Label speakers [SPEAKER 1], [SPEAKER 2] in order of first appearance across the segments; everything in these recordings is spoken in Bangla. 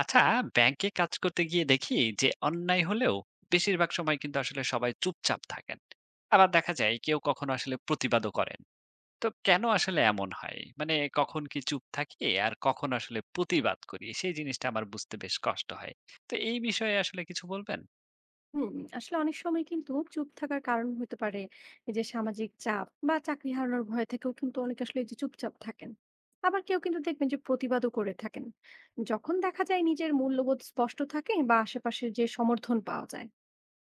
[SPEAKER 1] আচ্ছা, ব্যাংকে কাজ করতে গিয়ে দেখি যে অন্যায় হলেও বেশিরভাগ সময় কিন্তু আসলে সবাই চুপচাপ থাকেন। আবার দেখা যায় কেউ কখনো আসলে প্রতিবাদও করেন। তো কেন আসলে এমন হয়, মানে কখন কি চুপ থাকি আর কখন আসলে প্রতিবাদ করি সেই জিনিসটা আমার বুঝতে বেশ কষ্ট হয়। তো এই বিষয়ে আসলে কিছু বলবেন?
[SPEAKER 2] হুম, আসলে অনেক সময় কিন্তু চুপ থাকার কারণ হতে পারে এই যে সামাজিক চাপ বা চাকরি হারানোর ভয় থেকেও কিন্তু অনেকে আসলে এই যে চুপচাপ থাকেন। আবার কেউ কিন্তু দেখবেন যে প্রতিবাদও করে থাকেন যখন দেখা যায় নিজের মূল্যবোধ স্পষ্ট থাকে বা আশেপাশে যে সমর্থন পাওয়া যায়।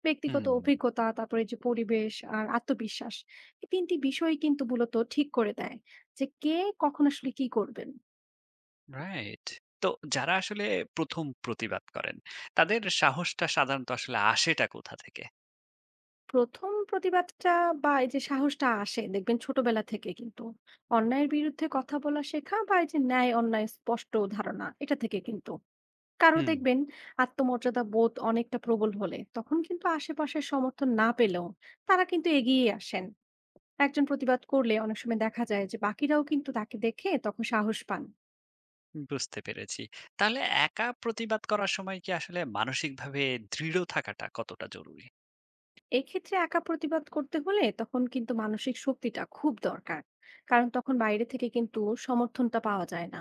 [SPEAKER 2] ব্যক্তিগত
[SPEAKER 1] হুম।
[SPEAKER 2] অভিজ্ঞতা, তারপরে যে পরিবেশ আর আত্মবিশ্বাস, এই তিনটি বিষয় কিন্তু মূলত ঠিক করে দেয় যে কে কখন আসলে কি করবেন।
[SPEAKER 1] রাইট। তো যারা আসলে প্রথম প্রতিবাদ করেন, তাদের সাহসটা সাধারণত আসলে আসেটা কোথা থেকে?
[SPEAKER 2] প্রথম প্রতিবাদটা বা এই যে সাহসটা আসে দেখবেন ছোটবেলা থেকে কিন্তু অন্যায়ের বিরুদ্ধে কথা বলা শেখা বা এই যে ন্যায় অন্যায় স্পষ্ট ধারণা এটা থেকে কিন্তু কারো
[SPEAKER 1] হুম।
[SPEAKER 2] দেখবেন আত্মমর্যাদা বোধ অনেকটা প্রবল হলে তখন কিন্তু আশেপাশের সমর্থন না পেলেও তারা কিন্তু এগিয়ে আসেন। একজন প্রতিবাদ করলে অনেক সময় দেখা যায় যে বাকিরাও কিন্তু তাকে দেখে তখন সাহস পান।
[SPEAKER 1] বুঝতে পেরেছি। তাহলে একা প্রতিবাদ করার সময় কি আসলে মানসিকভাবে দৃঢ় থাকাটা কতটা জরুরি?
[SPEAKER 2] এক্ষেত্রে একা প্রতিবাদ করতে হলে তখন কিন্তু মানসিক শক্তিটা খুব দরকার, কারণ তখন বাইরে থেকে কিন্তু সমর্থনটা পাওয়া যায় না।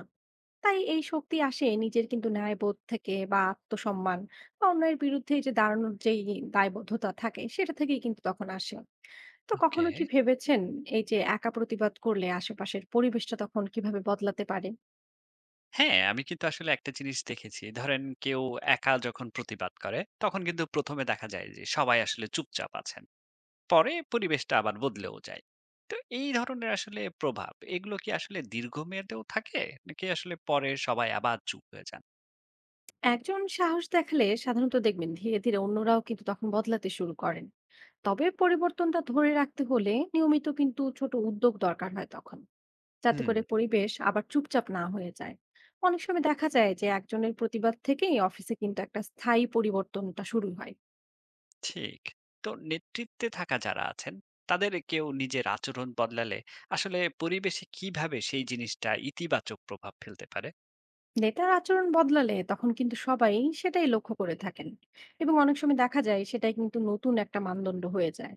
[SPEAKER 2] তাই এই শক্তি আসে নিজের কিন্তু ন্যায়বোধ থেকে বা আত্মসম্মান বা অন্যের বিরুদ্ধে এই যে দাঁড়ানোর যেই দায়বদ্ধতা থাকে সেটা থেকেই কিন্তু তখন আসে। তো
[SPEAKER 1] ওকে।
[SPEAKER 2] কখনো কি ভেবেছেন এই যে একা প্রতিবাদ করলে আশেপাশের পরিবেশটা তখন কিভাবে বদলাতে পারে?
[SPEAKER 1] হ্যাঁ, আমি কিন্তু আসলে একটা জিনিস দেখেছি। ধরেন কেউ একা যখন প্রতিবাদ করে তখন কিন্তু ১ম এ দেখা যায় যে সবাই আসলে চুপচাপ আছেন। পরে পরিবেশটা আবার বদলেও যায়। তো এই ধরনের আসলে প্রভাব এগুলো কি আসলে দীর্ঘমেয়াদেও থাকে? নাকি আসলে পরে সবাই আবার চুপ হয়ে যান?
[SPEAKER 2] একজন সাহস দেখালে সাধারণত দেখবেন ধীরে ধীরে অন্যরাও কিন্তু তখন বদলাতে শুরু করেন। তবে পরিবর্তনটা ধরে রাখতে হলে নিয়মিত কিন্তু ছোট উদ্যোগ দরকার হয় তখন, যাতে
[SPEAKER 1] হুম।
[SPEAKER 2] করে পরিবেশ আবার চুপচাপ না হয়ে যায়। অনেক সময় দেখা যায় যে একজনের প্রতিবাদ থেকেই অফিসে কিন্তু একটা স্থায়ী পরিবর্তনটা শুরু হয়।
[SPEAKER 1] ঠিক। তো নেতৃত্বে থাকা যারা আছেন, তাদের কেউ নিজের আচরণ বদলালে আসলে পরিবেশে কিভাবে সেই জিনিসটা ইতিবাচক প্রভাব ফেলতে পারে?
[SPEAKER 2] নেতার আচরণ বদলালে তখন কিন্তু সবাই সেটাই লক্ষ্য করে থাকেন, এবং অনেক সময় দেখা যায় সেটাই কিন্তু নতুন একটা মানদণ্ড হয়ে যায়।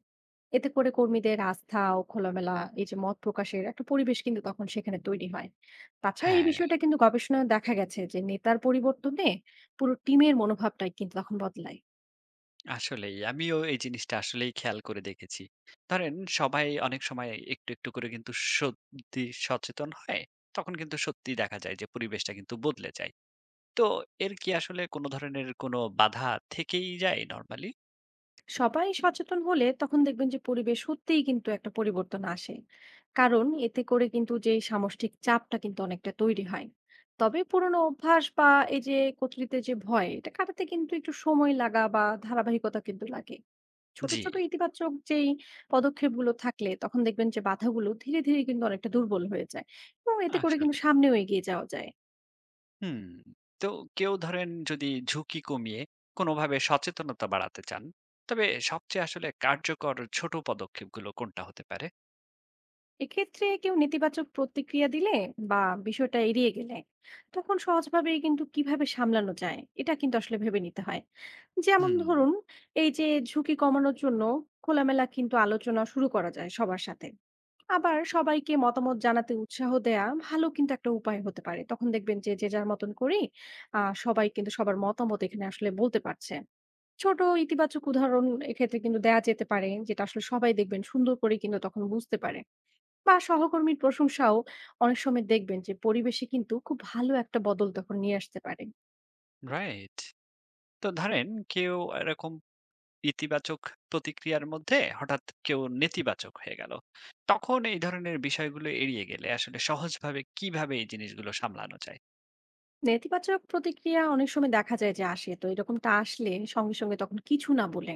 [SPEAKER 2] এতে করে কর্মীদের আস্থা ও খোলামেলা এই যে মত প্রকাশের একটা পরিবেশ কিন্তু তখন সেখানে তৈরি হয়। তাছাড়া এই
[SPEAKER 1] হ্যাঁ,
[SPEAKER 2] বিষয়টা কিন্তু গবেষণায় দেখা গেছে যে নেতার পরিবর্তনে পুরো টিমের মনোভাবটাই কিন্তু তখন বদলায়।
[SPEAKER 1] আসলেই। আমিও এই জিনিসটা আসলেই খেয়াল করে দেখেছি। ধরেন সবাই অনেক সময় একটু, একটু করে কিন্তু সত্যি সচেতন হয়। তখন কিন্তু সত্যিই দেখা যায় যে পরিবেশটা কিন্তু বদলে যায়। তো এর কি আসলে কোনো ধরনের কোনো বাধা থেকেই যায় নরমালি?
[SPEAKER 2] সবাই সচেতন হলে তখন দেখবেন যে পরিবেশ সত্যিই কিন্তু একটা পরিবর্তন আসে, কারণ এতে করে কিন্তু যে সামষ্টিক চাপটা কিন্তু অনেকটা তৈরি হয়। তবে পুরোনো অভ্যাস বা এই যে কর্তৃত্বের যে ভয় এটা কাটাতে কিন্তু একটু সময় লাগা বা ধারাবাহিকতা কিন্তু লাগে। ছোট
[SPEAKER 1] জি,
[SPEAKER 2] ছোট ইতিবাচক যেই পদক্ষেপগুলো থাকলে তখন দেখবেন যে বাধাগুলো ধীরে ধীরে কিন্তু অনেকটা দুর্বল হয়ে যায় এবং এতে করে
[SPEAKER 1] আসলে।
[SPEAKER 2] কিন্তু সামনেও এগিয়ে যাওয়া যায়।
[SPEAKER 1] হুম। তো কেউ ধরেন যদি ঝুঁকি কমিয়ে কোনোভাবে সচেতনতা বাড়াতে চান, তবে সবচেয়ে আসলে কার্যকর ছোট পদক্ষেপগুলো কোনটা হতে পারে?
[SPEAKER 2] এক্ষেত্রে কেউ নেতিবাচক প্রতিক্রিয়া দিলে বা বিষয়টা এড়িয়ে গেলে তখন সহজভাবে কিন্তু কিভাবে সামলানো যায় এটা কিন্তু আসলে ভেবে নিতে হয়। যেমন
[SPEAKER 1] হুম,
[SPEAKER 2] ধরুন, এই যে ঝুঁকি কমানোর জন্য খোলামেলা কিন্তু আলোচনা শুরু করা যায় সবার সাথে। আবার সবাইকে মতামত জানাতে উৎসাহ দেয়া ভালো কিন্তু একটা উপায় হতে পারে, তখন দেখবেন যে যে যার মতন করে সবাই কিন্তু সবার মতামত এখানে আসলে বলতে পারছে। ছোট ইতিবাচক উদাহরণ এক্ষেত্রে কিন্তু দেয়া যেতে পারে, যেটা আসলে সবাই দেখবেন সুন্দর করে কিন্তু তখন বুঝতে পারে। বা সহকর্মীর প্রশংসাও অনেক সময় দেখবেন যে পরিবেশে কিন্তু খুব ভালো একটা বদল তখন নিয়ে আসতে পারে।
[SPEAKER 1] রাইট। তো ধরেন কেউ এরকম ইতিবাচক প্রতিক্রিয়ার মধ্যে হঠাৎ কেউ নেতিবাচক হয়ে গেল। তখন এই ধরনের বিষয়গুলো এড়িয়ে গেলে আসলে সহজভাবে কিভাবে এই জিনিসগুলো সামলানো যায়?
[SPEAKER 2] নেতিবাচক প্রতিক্রিয়া অনেক সময় দেখা যায় যে আসে, তো এরকমটা আসলে সঙ্গে সঙ্গে তখন কিছু না বলে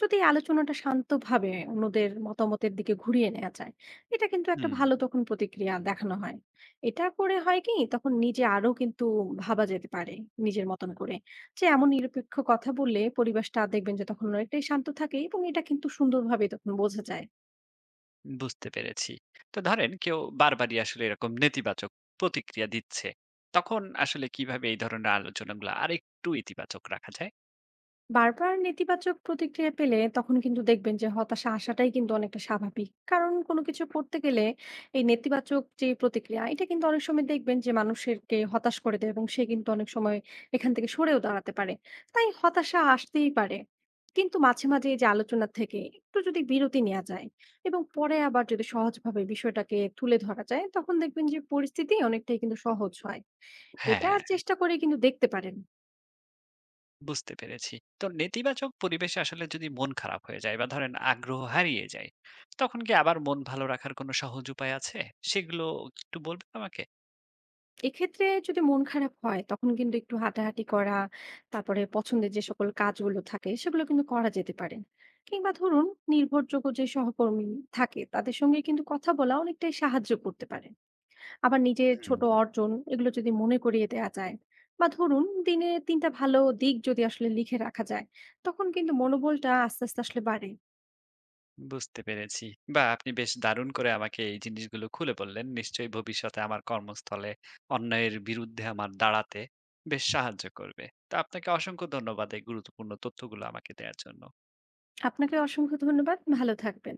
[SPEAKER 2] যদি এই আলোচনাটা শান্তভাবে অন্যদের মতামতের দিকে ঘুরিয়ে নেওয়া যায়, এটা কিন্তু একটা
[SPEAKER 1] হুম।
[SPEAKER 2] ভালো তখন প্রতিক্রিয়া দেখানো হয়। এটা করে হয় কি, তখন নিজে আরো কিন্তু ভাবা যেতে পারে নিজের মতন করে যে এমন নিরপেক্ষ কথা বললে পরিবেশটা দেখবেন যে তখন অনেকটাই শান্ত থাকে, এবং এটা কিন্তু সুন্দরভাবে তখন বোঝা যায়।
[SPEAKER 1] বুঝতে পেরেছি। তো ধরেন কেউ বারবারই আসলে এরকম নেতিবাচক প্রতিক্রিয়া দিচ্ছে। তখন আসলে কিভাবে এই ধরনের আলোচনাগুলো আরেকটু ইতিবাচক রাখা যায়?
[SPEAKER 2] বারবার নেতিবাচক প্রতিক্রিয়া পেলে তখন কিন্তু দেখবেন যে হতাশা আসাটাই কিন্তু অনেকটা স্বাভাবিক, কারণ কোনো কিছু করতে গেলে এই নেতিবাচক যে প্রতিক্রিয়া এটা কিন্তু অনেক সময় দেখবেন যে মানুষেরকে হতাশ করে দেয়, এবং সে কিন্তু অনেক সময় এখান থেকে সরেও দাঁড়াতে পারে। তাই হতাশা আসতেই পারে, কিন্তু মাঝে মাঝে এই যে আলোচনা থেকে একটু যদি বিরতি নেওয়া যায় এবং পরে আবার যদি সহজভাবে বিষয়টাকে তুলে ধরা যায়, তখন দেখবেন যে পরিস্থিতি অনেকটাই কিন্তু সহজ হয়। এটা
[SPEAKER 1] হ্যাঁ,
[SPEAKER 2] চেষ্টা করে কিন্তু দেখতে পারেন।
[SPEAKER 1] বুঝতে পেরেছি। তো নেতিবাচক পরিবেশে আসলে যদি মন খারাপ হয়ে যায় বা ধরেন আগ্রহ হারিয়ে যায়, তখন কি আবার মন ভালো রাখার কোনো সহজ উপায় আছে? সেগুলো একটু বলবেন আমাকে?
[SPEAKER 2] এক্ষেত্রে যদি মন খারাপ হয় তখন কিন্তু একটু হাঁটাহাঁটি করা, তারপরে পছন্দের যে সকল কাজগুলো থাকে সেগুলো কিন্তু করা যেতে পারে। কিংবা ধরুন, নির্ভরযোগ্য যে সহকর্মী থাকে তাদের সঙ্গে কিন্তু কথা বলা অনেকটাই সাহায্য করতে পারে। আবার নিজের
[SPEAKER 1] হুম।
[SPEAKER 2] ছোট অর্জন এগুলো যদি মনে করিয়ে দেওয়া যায় বা ধরুন দিনে তিনটা ভালো দিক যদি আসলে লিখে রাখা যায়, তখন কিন্তু মনোবলটা আস্তে আস্তে আসলে বাড়ে।
[SPEAKER 1] বুঝতে পেরেছি। বাহ! আপনি বেশ দারুণ করে আমাকে এই জিনিসগুলো খুলে বললেন। নিশ্চয়ই ভবিষ্যতে আমার কর্মস্থলে অন্যায়ের বিরুদ্ধে আমার দাঁড়াতে বেশ সাহায্য করবে। তো আপনাকে অসংখ্য ধন্যবাদ এই গুরুত্বপূর্ণ তথ্যগুলো আমাকে দেয়ার জন্য।
[SPEAKER 2] আপনাকে অসংখ্য ধন্যবাদ, ভালো থাকবেন।